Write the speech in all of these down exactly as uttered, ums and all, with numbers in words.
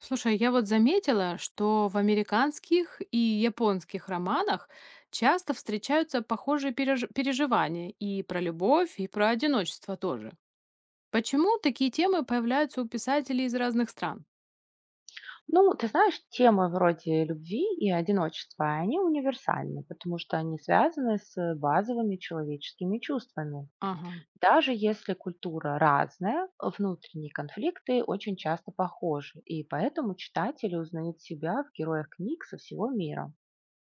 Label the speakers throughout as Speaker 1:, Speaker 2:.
Speaker 1: Слушай, я вот заметила, что в американских и японских романах часто встречаются похожие переж- переживания и про любовь, и про одиночество тоже. Почему такие темы появляются у писателей из разных стран?
Speaker 2: Ну, ты знаешь, темы вроде любви и одиночества, они универсальны, потому что они связаны с базовыми человеческими чувствами.
Speaker 1: Ага.
Speaker 2: Даже если культура разная, внутренние конфликты очень часто похожи, и поэтому читатели узнают себя в героях книг со всего мира.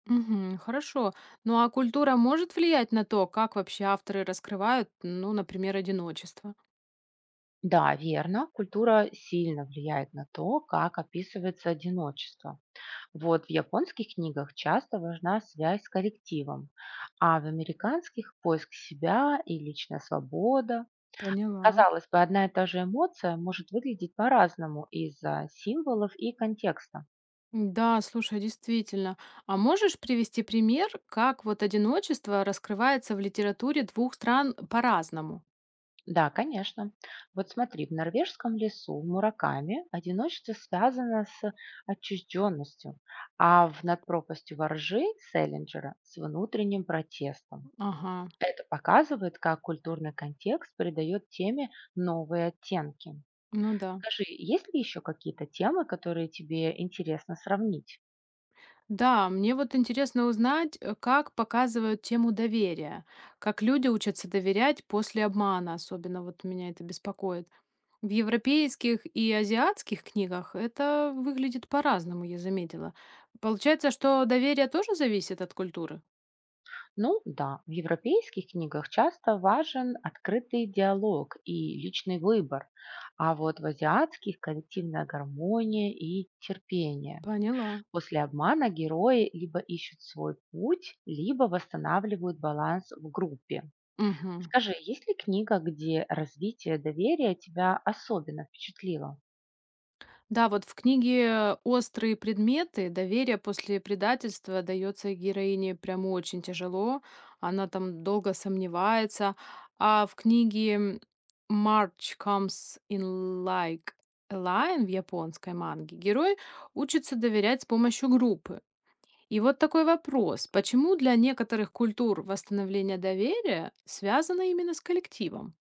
Speaker 1: Мгм, хорошо. Ну а культура может влиять на то, как вообще авторы раскрывают, ну, например, одиночество?
Speaker 2: Да, верно, культура сильно влияет на то, как описывается одиночество. Вот в японских книгах часто важна связь с коллективом, а в американских– поиск себя и личная свобода.
Speaker 1: Поняла.
Speaker 2: Казалось бы, одна и та же эмоция может выглядеть по-разному из-за символов и контекста.
Speaker 1: Да, слушай, действительно. А можешь привести пример, как вот одиночество раскрывается в литературе двух стран по-разному?
Speaker 2: Да, конечно. Вот смотри, в норвежском лесу Мураками одиночество связано с отчужденностью, а в «Над пропастью воржи» Селлинджера с внутренним протестом.
Speaker 1: Ага,
Speaker 2: Это показывает, как культурный контекст придает теме новые оттенки.
Speaker 1: ну да.
Speaker 2: Скажи, есть ли еще какие-то темы, которые тебе интересно сравнить?
Speaker 1: Да, мне вот интересно узнать, э, как показывают тему доверия, как люди учатся доверять после обмана, особенно вот меня это беспокоит. В европейских и азиатских книгах это выглядит по-разному, я заметила. Получается, что доверие тоже зависит от культуры?
Speaker 2: Ну да, в европейских книгах часто важен открытый диалог и личный выбор, а вот в азиатских– коллективная гармония и терпение.
Speaker 1: Поняла.
Speaker 2: После обмана герои либо ищут свой путь, либо восстанавливают баланс в группе.
Speaker 1: Мгм.
Speaker 2: Скажи, есть ли книга, где развитие доверия тебя особенно впечатлило?
Speaker 1: Да, вот в книге "Острые предметы" доверие после предательства дается героине прям очень тяжело. Она там долго сомневается. А в книге "March Comes in Like a Lion" в японской манге герой учится доверять с помощью группы. И вот такой вопрос: почему для некоторых культур восстановление доверия связано именно с коллективом?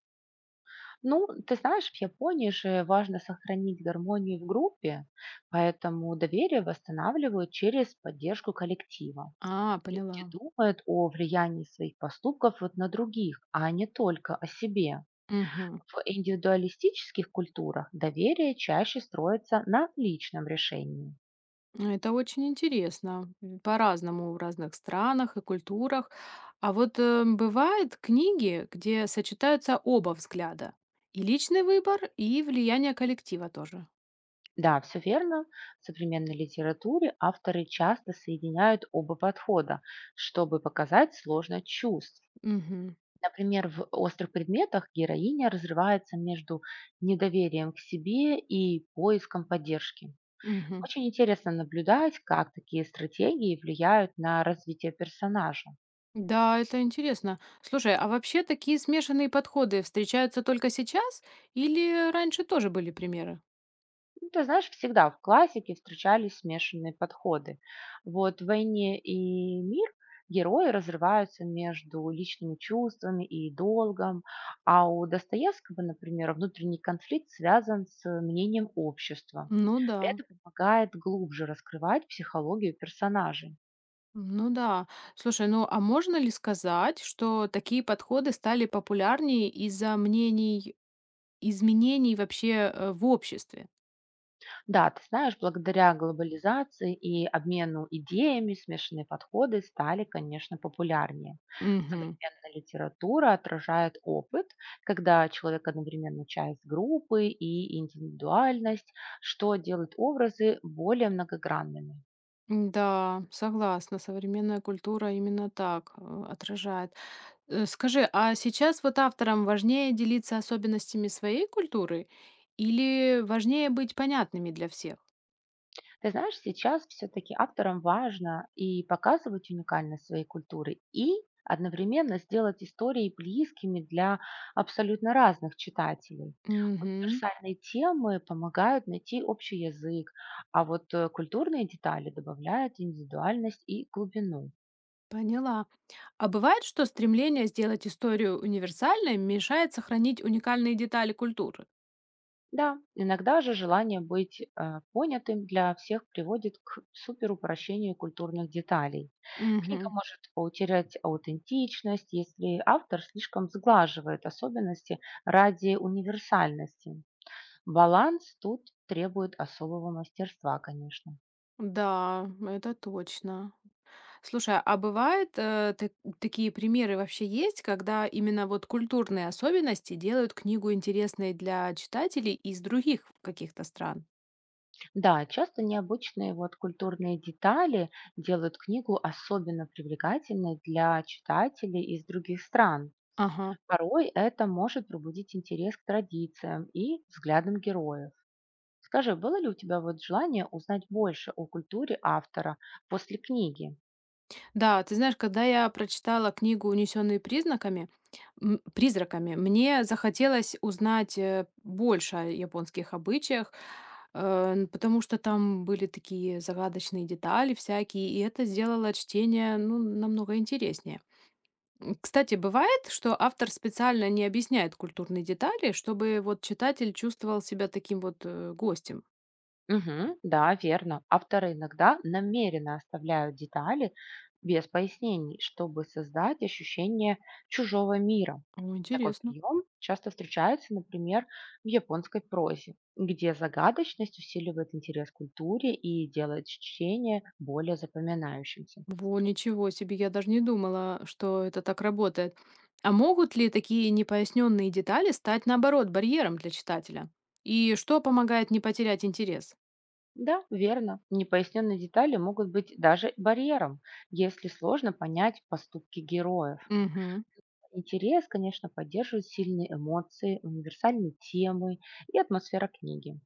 Speaker 2: Ну, ты знаешь, в Японии же важно сохранить гармонию в группе, поэтому доверие восстанавливают через поддержку коллектива.
Speaker 1: А,
Speaker 2: Люди
Speaker 1: поняла.
Speaker 2: думают о влиянии своих поступков вот на других, а не только о себе.
Speaker 1: Мгм.
Speaker 2: В индивидуалистических культурах доверие чаще строится на личном решении.
Speaker 1: Это очень интересно. М, по-разному в разных странах и культурах. А вот э, бывают книги, где сочетаются оба взгляда. И личный выбор, и влияние коллектива тоже.
Speaker 2: Да, все верно. В современной литературе авторы часто соединяют оба подхода, чтобы показать сложность чувств.
Speaker 1: Мгм.
Speaker 2: Например, в «Острых предметах» героиня разрывается между недоверием к себе и поиском поддержки.
Speaker 1: Мгм.
Speaker 2: Очень интересно наблюдать, как такие стратегии влияют на развитие персонажа.
Speaker 1: Да, это интересно. Слушай, а вообще такие смешанные подходы встречаются только сейчас или раньше тоже были примеры?
Speaker 2: Ну, ты знаешь, всегда в классике встречались смешанные подходы. Вот в «Войне и мир» герои разрываются между личными чувствами и долгом, а у Достоевского, например, внутренний конфликт связан с мнением общества.
Speaker 1: Ну да.
Speaker 2: Это помогает глубже раскрывать психологию персонажей.
Speaker 1: Ну да. Слушай, ну а можно ли сказать, что такие подходы стали популярнее из-за мнений изменений вообще, э, в обществе.
Speaker 2: Да, ты знаешь, благодаря глобализации и обмену идеями смешанные подходы стали, конечно, популярнее.
Speaker 1: Мгм.
Speaker 2: Современная литература отражает опыт, когда человек одновременно часть группы и индивидуальность, что делает образы более многогранными.
Speaker 1: Да, согласна, современная культура именно так, э, отражает. Э, скажи, а сейчас вот авторам важнее делиться особенностями своей культуры или важнее быть понятными для всех?
Speaker 2: Ты знаешь, сейчас все-таки авторам важно и показывать уникальность своей культуры, и одновременно сделать истории близкими для абсолютно разных читателей.
Speaker 1: Мгм.
Speaker 2: Универсальные темы помогают найти общий язык, а вот э, культурные детали добавляют индивидуальность и глубину.
Speaker 1: Поняла. А бывает, что стремление сделать историю универсальной мешает сохранить уникальные детали культуры?
Speaker 2: Да, иногда же желание быть э, понятым для всех приводит к суперупрощению культурных деталей. Книга
Speaker 1: Мгм.
Speaker 2: может потерять аутентичность, если автор слишком сглаживает особенности ради универсальности. Баланс тут требует особого мастерства, конечно.
Speaker 1: Да, это точно. Слушай, а бывает, э, ты такие примеры вообще есть, когда именно вот культурные особенности делают книгу интересной для читателей из других каких-то стран?
Speaker 2: Да, часто необычные вот культурные детали делают книгу особенно привлекательной для читателей из других стран.
Speaker 1: Ага.
Speaker 2: Порой это может пробудить интерес к традициям и взглядам героев. Скажи, было ли у тебя вот желание узнать больше о культуре автора после книги?
Speaker 1: Да, ты знаешь, когда я прочитала книгу «Унесенные признаками», м, призраками, мне захотелось узнать э, больше о японских обычаях, э, н- потому что там были такие загадочные детали всякие, и это сделало чтение, ну, намного интереснее. М, кстати, бывает, что автор специально не объясняет культурные детали, чтобы вот читатель чувствовал себя таким вот э, гостем.
Speaker 2: Мгм, да, верно. Авторы иногда намеренно оставляют детали без пояснений, чтобы создать ощущение чужого мира.
Speaker 1: О,
Speaker 2: Такой
Speaker 1: интересно.
Speaker 2: прием часто встречается, например, в японской прозе, где загадочность усиливает интерес к культуре и делает чтение более запоминающимся.
Speaker 1: Во, ничего себе, я даже не думала, что это так работает. А могут ли такие непоясненные детали стать, наоборот, барьером для читателя? И что помогает не потерять интерес?
Speaker 2: Да, верно. Непоясненные детали могут быть даже барьером, если сложно понять поступки героев.
Speaker 1: Угу.
Speaker 2: Интерес, конечно, поддерживают сильные эмоции, универсальные темы и атмосфера книги.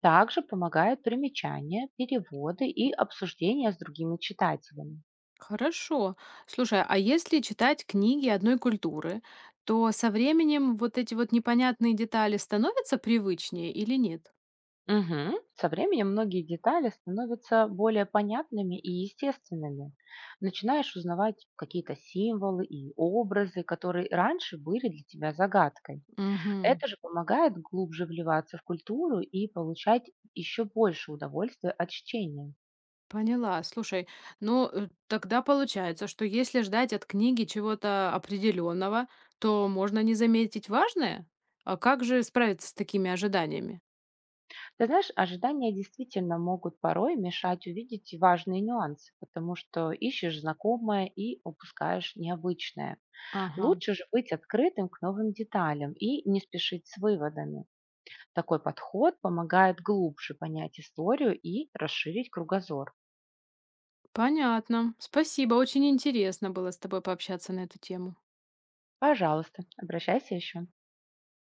Speaker 2: Также помогают примечания, переводы и обсуждения с другими читателями.
Speaker 1: Хорошо. Слушай, а если читать книги одной культуры, то со временем вот эти вот непонятные детали становятся привычнее или нет?
Speaker 2: Мгм. Со временем многие детали становятся более понятными и естественными. Начинаешь узнавать какие-то символы и образы, которые раньше были для тебя загадкой.
Speaker 1: Мгм.
Speaker 2: Это же помогает глубже вливаться в культуру и получать еще больше удовольствия от чтения.
Speaker 1: Поняла. Слушай, ну э, тогда получается, что если ждать от книги чего-то определенного, то можно не заметить важное? А как же справиться с такими ожиданиями?
Speaker 2: Ты знаешь, ожидания действительно могут порой мешать увидеть важные нюансы, потому что ищешь знакомое и упускаешь необычное.
Speaker 1: Ага,
Speaker 2: Лучше же быть открытым к новым деталям и не спешить с выводами. Такой подход помогает глубже понять историю и расширить кругозор.
Speaker 1: понятно. Спасибо, очень интересно было с тобой пообщаться на эту тему.
Speaker 2: Пожалуйста, обращайся еще.